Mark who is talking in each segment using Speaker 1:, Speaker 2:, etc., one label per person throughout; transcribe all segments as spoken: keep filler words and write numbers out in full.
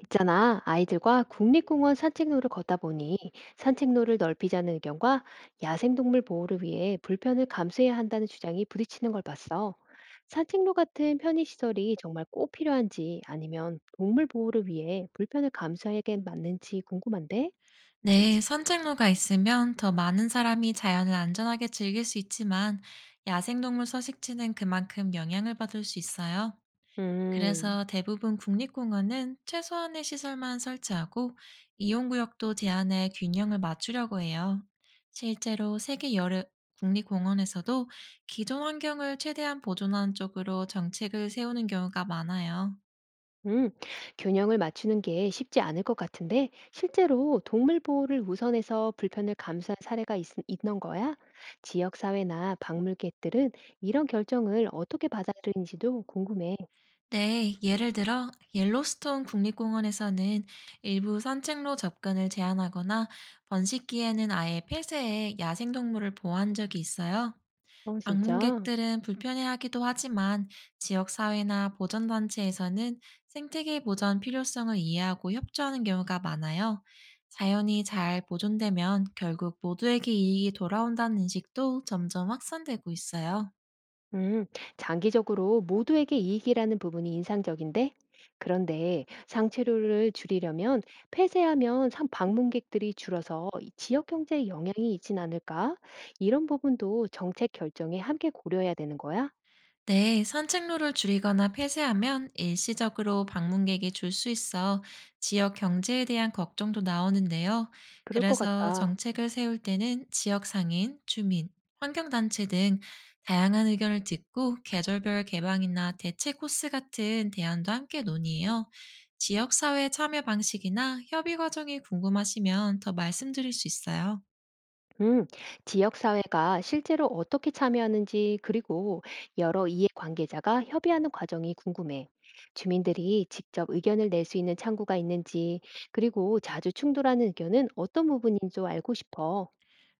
Speaker 1: 있잖아, 아이들과 국립공원 산책로를 걷다 보니 산책로를 넓히자는 의견과 야생동물 보호를 위해 불편을 감수해야 한다는 주장이 부딪히는 걸 봤어. 산책로 같은 편의시설이 정말 꼭 필요한지 아니면 동물 보호를 위해 불편을 감수하게 맞는지 궁금한데?
Speaker 2: 네, 산책로가 있으면 더 많은 사람이 자연을 안전하게 즐길 수 있지만 야생동물 서식지는 그만큼 영향을 받을 수 있어요.
Speaker 1: 음.
Speaker 2: 그래서 대부분 국립공원은 최소한의 시설만 설치하고 이용구역도 제한해 균형을 맞추려고 해요. 실제로 세계 여러 국립공원에서도 기존 환경을 최대한 보존하는 쪽으로 정책을 세우는 경우가 많아요.
Speaker 1: 음, 균형을 맞추는 게 쉽지 않을 것 같은데, 실제로 동물 보호를 우선해서 불편을 감수한 사례가 있, 있는 거야? 지역사회나 박물객들은 이런 결정을 어떻게 받아들인지도 궁금해.
Speaker 2: 네, 예를 들어 옐로스톤 국립공원에서는 일부 산책로 접근을 제한하거나 번식기에는 아예 폐쇄해 야생동물을 보호한 적이 있어요.
Speaker 1: 어, 진짜?
Speaker 2: 방문객들은 불편해하기도 하지만 지역사회나 보전단체에서는 생태계 보전 필요성을 이해하고 협조하는 경우가 많아요. 자연이 잘 보존되면 결국 모두에게 이익이 돌아온다는 인식도 점점 확산되고 있어요.
Speaker 1: 음, 장기적으로 모두에게 이익이라는 부분이 인상적인데? 그런데 상체료를 줄이려면 폐쇄하면 상 방문객들이 줄어서 이 지역 경제에 영향이 있진 않을까? 이런 부분도 정책 결정에 함께 고려해야 되는 거야?
Speaker 2: 네, 산책로를 줄이거나 폐쇄하면 일시적으로 방문객이 줄 수 있어 지역 경제에 대한 걱정도 나오는데요.
Speaker 1: 그럴 것
Speaker 2: 그래서
Speaker 1: 같아.
Speaker 2: 정책을 세울 때는 지역 상인, 주민, 환경단체 등 다양한 의견을 듣고 계절별 개방이나 대체 코스 같은 대안도 함께 논의해요. 지역사회 참여 방식이나 협의 과정이 궁금하시면 더 말씀드릴 수 있어요.
Speaker 1: 음, 지역사회가 실제로 어떻게 참여하는지, 그리고 여러 이해관계자가 협의하는 과정이 궁금해. 주민들이 직접 의견을 낼 수 있는 창구가 있는지, 그리고 자주 충돌하는 의견은 어떤 부분인 줄 알고 싶어.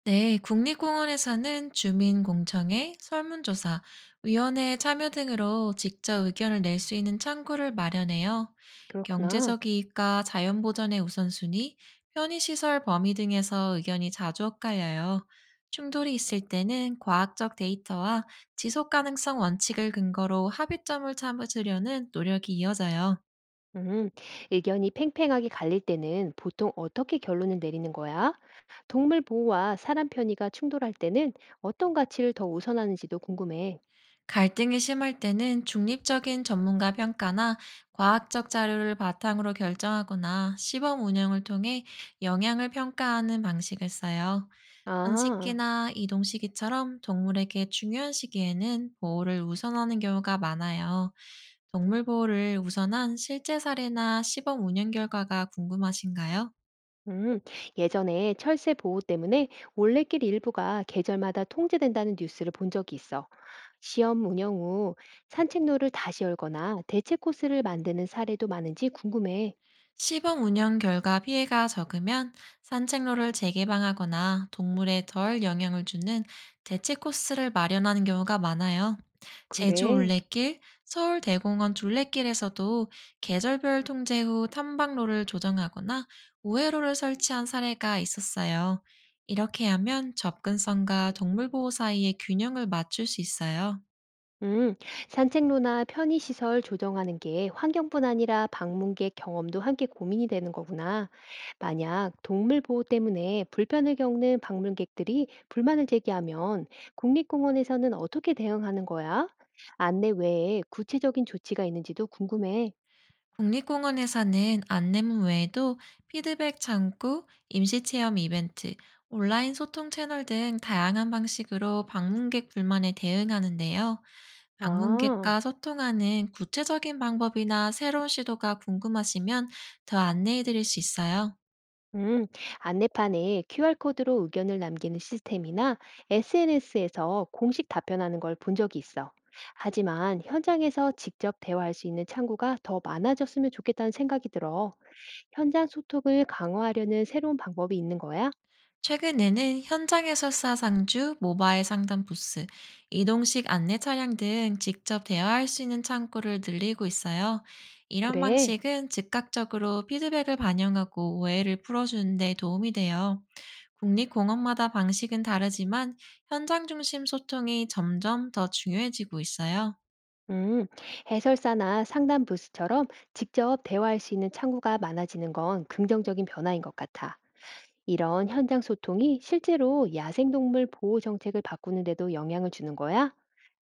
Speaker 2: 네, 국립공원에서는 주민공청회, 설문조사, 위원회 참여 등으로 직접 의견을 낼 수 있는 창구를 마련해요.
Speaker 1: 그렇구나.
Speaker 2: 경제적 이익과 자연보전의 우선순위, 편의시설 범위 등에서 의견이 자주 엇갈려요. 충돌이 있을 때는 과학적 데이터와 지속가능성 원칙을 근거로 합의점을 찾으려는 노력이 이어져요.
Speaker 1: 음, 의견이 팽팽하게 갈릴 때는 보통 어떻게 결론을 내리는 거야? 동물 보호와 사람 편의가 충돌할 때는 어떤 가치를 더 우선하는지도 궁금해.
Speaker 2: 갈등이 심할 때는 중립적인 전문가 평가나 과학적 자료를 바탕으로 결정하거나 시범 운영을 통해 영향을 평가하는 방식을 써요.
Speaker 1: 아.
Speaker 2: 번식기나 이동 시기처럼 동물에게 중요한 시기에는 보호를 우선하는 경우가 많아요. 동물 보호를 우선한 실제 사례나 시범 운영 결과가 궁금하신가요?
Speaker 1: 음, 예전에 철새 보호 때문에 올레길 일부가 계절마다 통제된다는 뉴스를 본 적이 있어. 시험 운영 후 산책로를 다시 열거나 대체 코스를 만드는 사례도 많은지 궁금해.
Speaker 2: 시범 운영 결과 피해가 적으면 산책로를 재개방하거나 동물에 덜 영향을 주는 대체 코스를 마련하는 경우가 많아요. 제주
Speaker 1: 그래.
Speaker 2: 올레길, 서울 대공원 둘레길에서도 계절별 통제 후 탐방로를 조정하거나 우회로를 설치한 사례가 있었어요. 이렇게 하면 접근성과 동물 보호 사이의 균형을 맞출 수 있어요.
Speaker 1: 음, 산책로나 편의시설 조정하는 게 환경뿐 아니라 방문객 경험도 함께 고민이 되는 거구나. 만약 동물 보호 때문에 불편을 겪는 방문객들이 불만을 제기하면 국립공원에서는 어떻게 대응하는 거야? 안내 외에 구체적인 조치가 있는지도 궁금해.
Speaker 2: 국립공원에서는 안내문 외에도 피드백 창구, 임시체험 이벤트, 온라인 소통 채널 등 다양한 방식으로 방문객 불만에 대응하는데요.
Speaker 1: 아.
Speaker 2: 방문객과 소통하는 구체적인 방법이나 새로운 시도가 궁금하시면 더 안내해 드릴 수 있어요.
Speaker 1: 음, 안내판에 큐알코드로 의견을 남기는 시스템이나 에스엔에스에서 공식 답변하는 걸 본 적이 있어. 하지만 현장에서 직접 대화할 수 있는 창구가 더 많아졌으면 좋겠다는 생각이 들어. 현장 소통을 강화하려는 새로운 방법이 있는 거야?
Speaker 2: 최근에는 현장 해설사 상주, 모바일 상담 부스, 이동식 안내 차량 등 직접 대화할 수 있는 창구를 늘리고 있어요. 이런
Speaker 1: 그래.
Speaker 2: 방식은 즉각적으로 피드백을 반영하고 오해를 풀어주는 데 도움이 돼요. 국립공원마다 방식은 다르지만 현장 중심 소통이 점점 더 중요해지고 있어요.
Speaker 1: 음, 해설사나 상담 부스처럼 직접 대화할 수 있는 창구가 많아지는 건 긍정적인 변화인 것 같아. 이런 현장 소통이 실제로 야생동물 보호 정책을 바꾸는데도 영향을 주는 거야?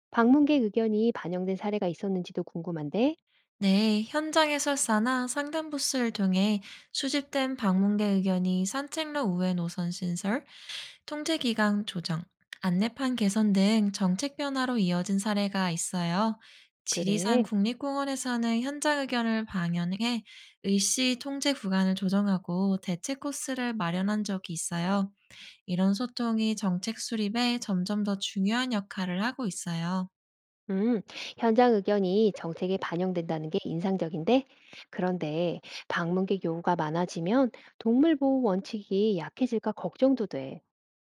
Speaker 1: 방문객 의견이 반영된 사례가 있었는지도 궁금한데,
Speaker 2: 네, 현장 해설사나 상담 부스를 통해 수집된 방문객 의견이 산책로 우회 노선 신설, 통제기간 조정, 안내판 개선 등 정책 변화로 이어진 사례가 있어요. 지리산
Speaker 1: 그래.
Speaker 2: 국립공원에서는 현장 의견을 방영해 의시 통제 구간을 조정하고 대체 코스를 마련한 적이 있어요. 이런 소통이 정책 수립에 점점 더 중요한 역할을 하고 있어요.
Speaker 1: 음, 현장 의견이 정책에 반영된다는 게 인상적인데, 그런데 방문객 요구가 많아지면 동물보호 원칙이 약해질까 걱정도 돼.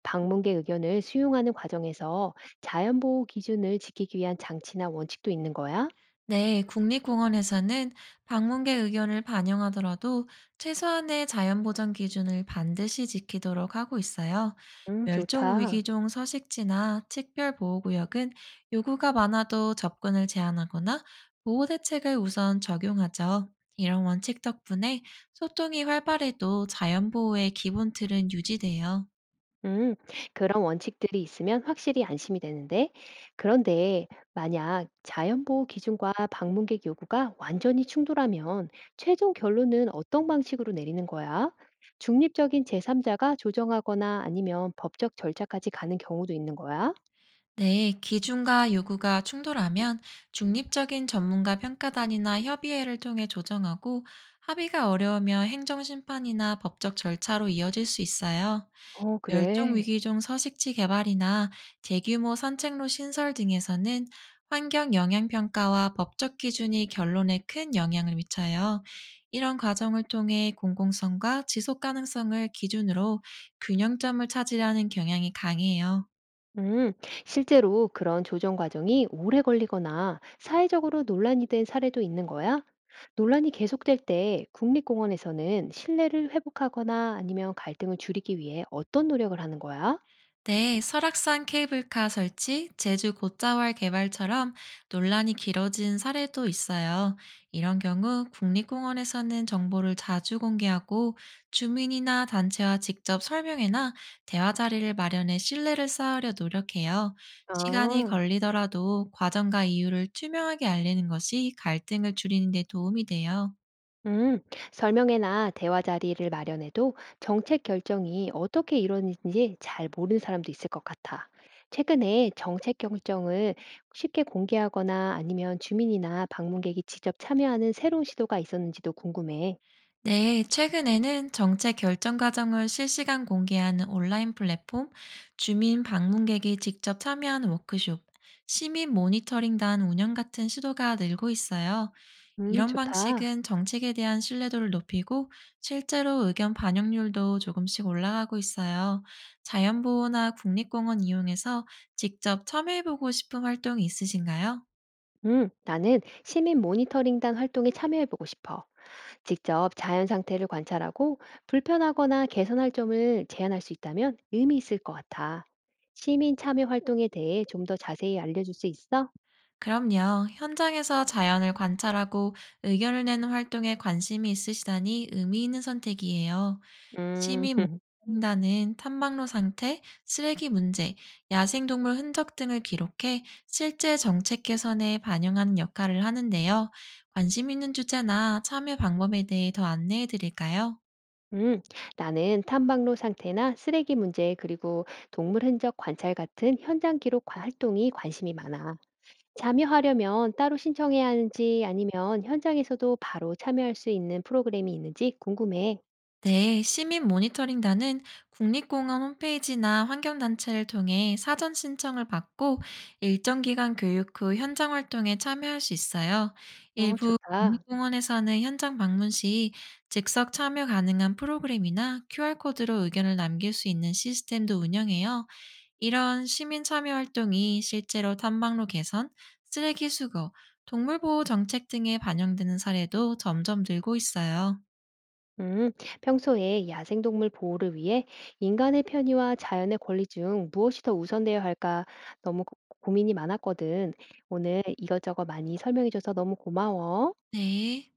Speaker 1: 방문객 의견을 수용하는 과정에서 자연보호 기준을 지키기 위한 장치나 원칙도 있는 거야?
Speaker 2: 네, 국립공원에서는 방문객 의견을 반영하더라도 최소한의 자연보전 기준을 반드시 지키도록 하고 있어요.
Speaker 1: 음, 좋다.
Speaker 2: 멸종위기종 서식지나 특별보호구역은 요구가 많아도 접근을 제한하거나 보호대책을 우선 적용하죠. 이런 원칙 덕분에 소통이 활발해도 자연보호의 기본 틀은 유지돼요.
Speaker 1: 음, 그런 원칙들이 있으면 확실히 안심이 되는데, 그런데 만약 자연보호 기준과 방문객 요구가 완전히 충돌하면 최종 결론은 어떤 방식으로 내리는 거야? 중립적인 제삼자가 조정하거나 아니면 법적 절차까지 가는 경우도 있는 거야?
Speaker 2: 네, 기준과 요구가 충돌하면 중립적인 전문가 평가단이나 협의회를 통해 조정하고 합의가 어려우면 행정심판이나 법적 절차로 이어질 수 있어요.
Speaker 1: 어, 그래.
Speaker 2: 멸종위기종 서식지 개발이나 대규모 산책로 신설 등에서는 환경 영향평가와 법적 기준이 결론에 큰 영향을 미쳐요. 이런 과정을 통해 공공성과 지속 가능성을 기준으로 균형점을 찾으려는 경향이 강해요.
Speaker 1: 음, 실제로 그런 조정 과정이 오래 걸리거나 사회적으로 논란이 된 사례도 있는 거야? 논란이 계속될 때 국립공원에서는 신뢰를 회복하거나 아니면 갈등을 줄이기 위해 어떤 노력을 하는 거야?
Speaker 2: 네, 설악산 케이블카 설치, 제주 곶자왈 개발처럼 논란이 길어진 사례도 있어요. 이런 경우 국립공원에서는 정보를 자주 공개하고 주민이나 단체와 직접 설명회나 대화 자리를 마련해 신뢰를 쌓으려 노력해요. 시간이
Speaker 1: 아.
Speaker 2: 걸리더라도 과정과 이유를 투명하게 알리는 것이 갈등을 줄이는 데 도움이 돼요.
Speaker 1: 음, 설명회나 대화 자리를 마련해도 정책 결정이 어떻게 이루어지는지 잘 모르는 사람도 있을 것 같아. 최근에 정책 결정을 쉽게 공개하거나 아니면 주민이나 방문객이 직접 참여하는 새로운 시도가 있었는지도 궁금해.
Speaker 2: 네, 최근에는 정책 결정 과정을 실시간 공개하는 온라인 플랫폼, 주민 방문객이 직접 참여하는 워크숍, 시민 모니터링단 운영 같은 시도가 늘고 있어요.
Speaker 1: 음,
Speaker 2: 이런
Speaker 1: 좋다.
Speaker 2: 방식은 정책에 대한 신뢰도를 높이고 실제로 의견 반영률도 조금씩 올라가고 있어요. 자연보호나 국립공원 이용해서 직접 참여해보고 싶은 활동이 있으신가요?
Speaker 1: 음, 나는 시민 모니터링단 활동에 참여해보고 싶어. 직접 자연 상태를 관찰하고 불편하거나 개선할 점을 제안할 수 있다면 의미 있을 것 같아. 시민 참여 활동에 대해 좀 더 자세히 알려줄 수 있어?
Speaker 2: 그럼요. 현장에서 자연을 관찰하고 의견을 내는 활동에 관심이 있으시다니 의미 있는 선택이에요.
Speaker 1: 음,
Speaker 2: 시민 모임단은 탐방로 상태, 쓰레기 문제, 야생동물 흔적 등을 기록해 실제 정책 개선에 반영하는 역할을 하는데요. 관심 있는 주제나 참여 방법에 대해 더 안내해 드릴까요?
Speaker 1: 음, 나는 탐방로 상태나 쓰레기 문제 그리고 동물 흔적 관찰 같은 현장 기록 과- 활동이 관심이 많아. 참여하려면 따로 신청해야 하는지 아니면 현장에서도 바로 참여할 수 있는 프로그램이 있는지 궁금해.
Speaker 2: 네, 시민 모니터링단은 국립공원 홈페이지나 환경단체를 통해 사전 신청을 받고 일정 기간 교육 후 현장 활동에 참여할 수 있어요.
Speaker 1: 어,
Speaker 2: 일부
Speaker 1: 좋다.
Speaker 2: 국립공원에서는 현장 방문 시 즉석 참여 가능한 프로그램이나 큐아르코드로 의견을 남길 수 있는 시스템도 운영해요. 이런 시민 참여 활동이 실제로 탐방로 개선, 쓰레기 수거, 동물보호 정책 등에 반영되는 사례도 점점 늘고 있어요.
Speaker 1: 음, 평소에 야생동물 보호를 위해 인간의 편의와 자연의 권리 중 무엇이 더 우선되어야 할까 너무 고- 고민이 많았거든. 오늘 이것저것 많이 설명해줘서 너무 고마워.
Speaker 2: 네.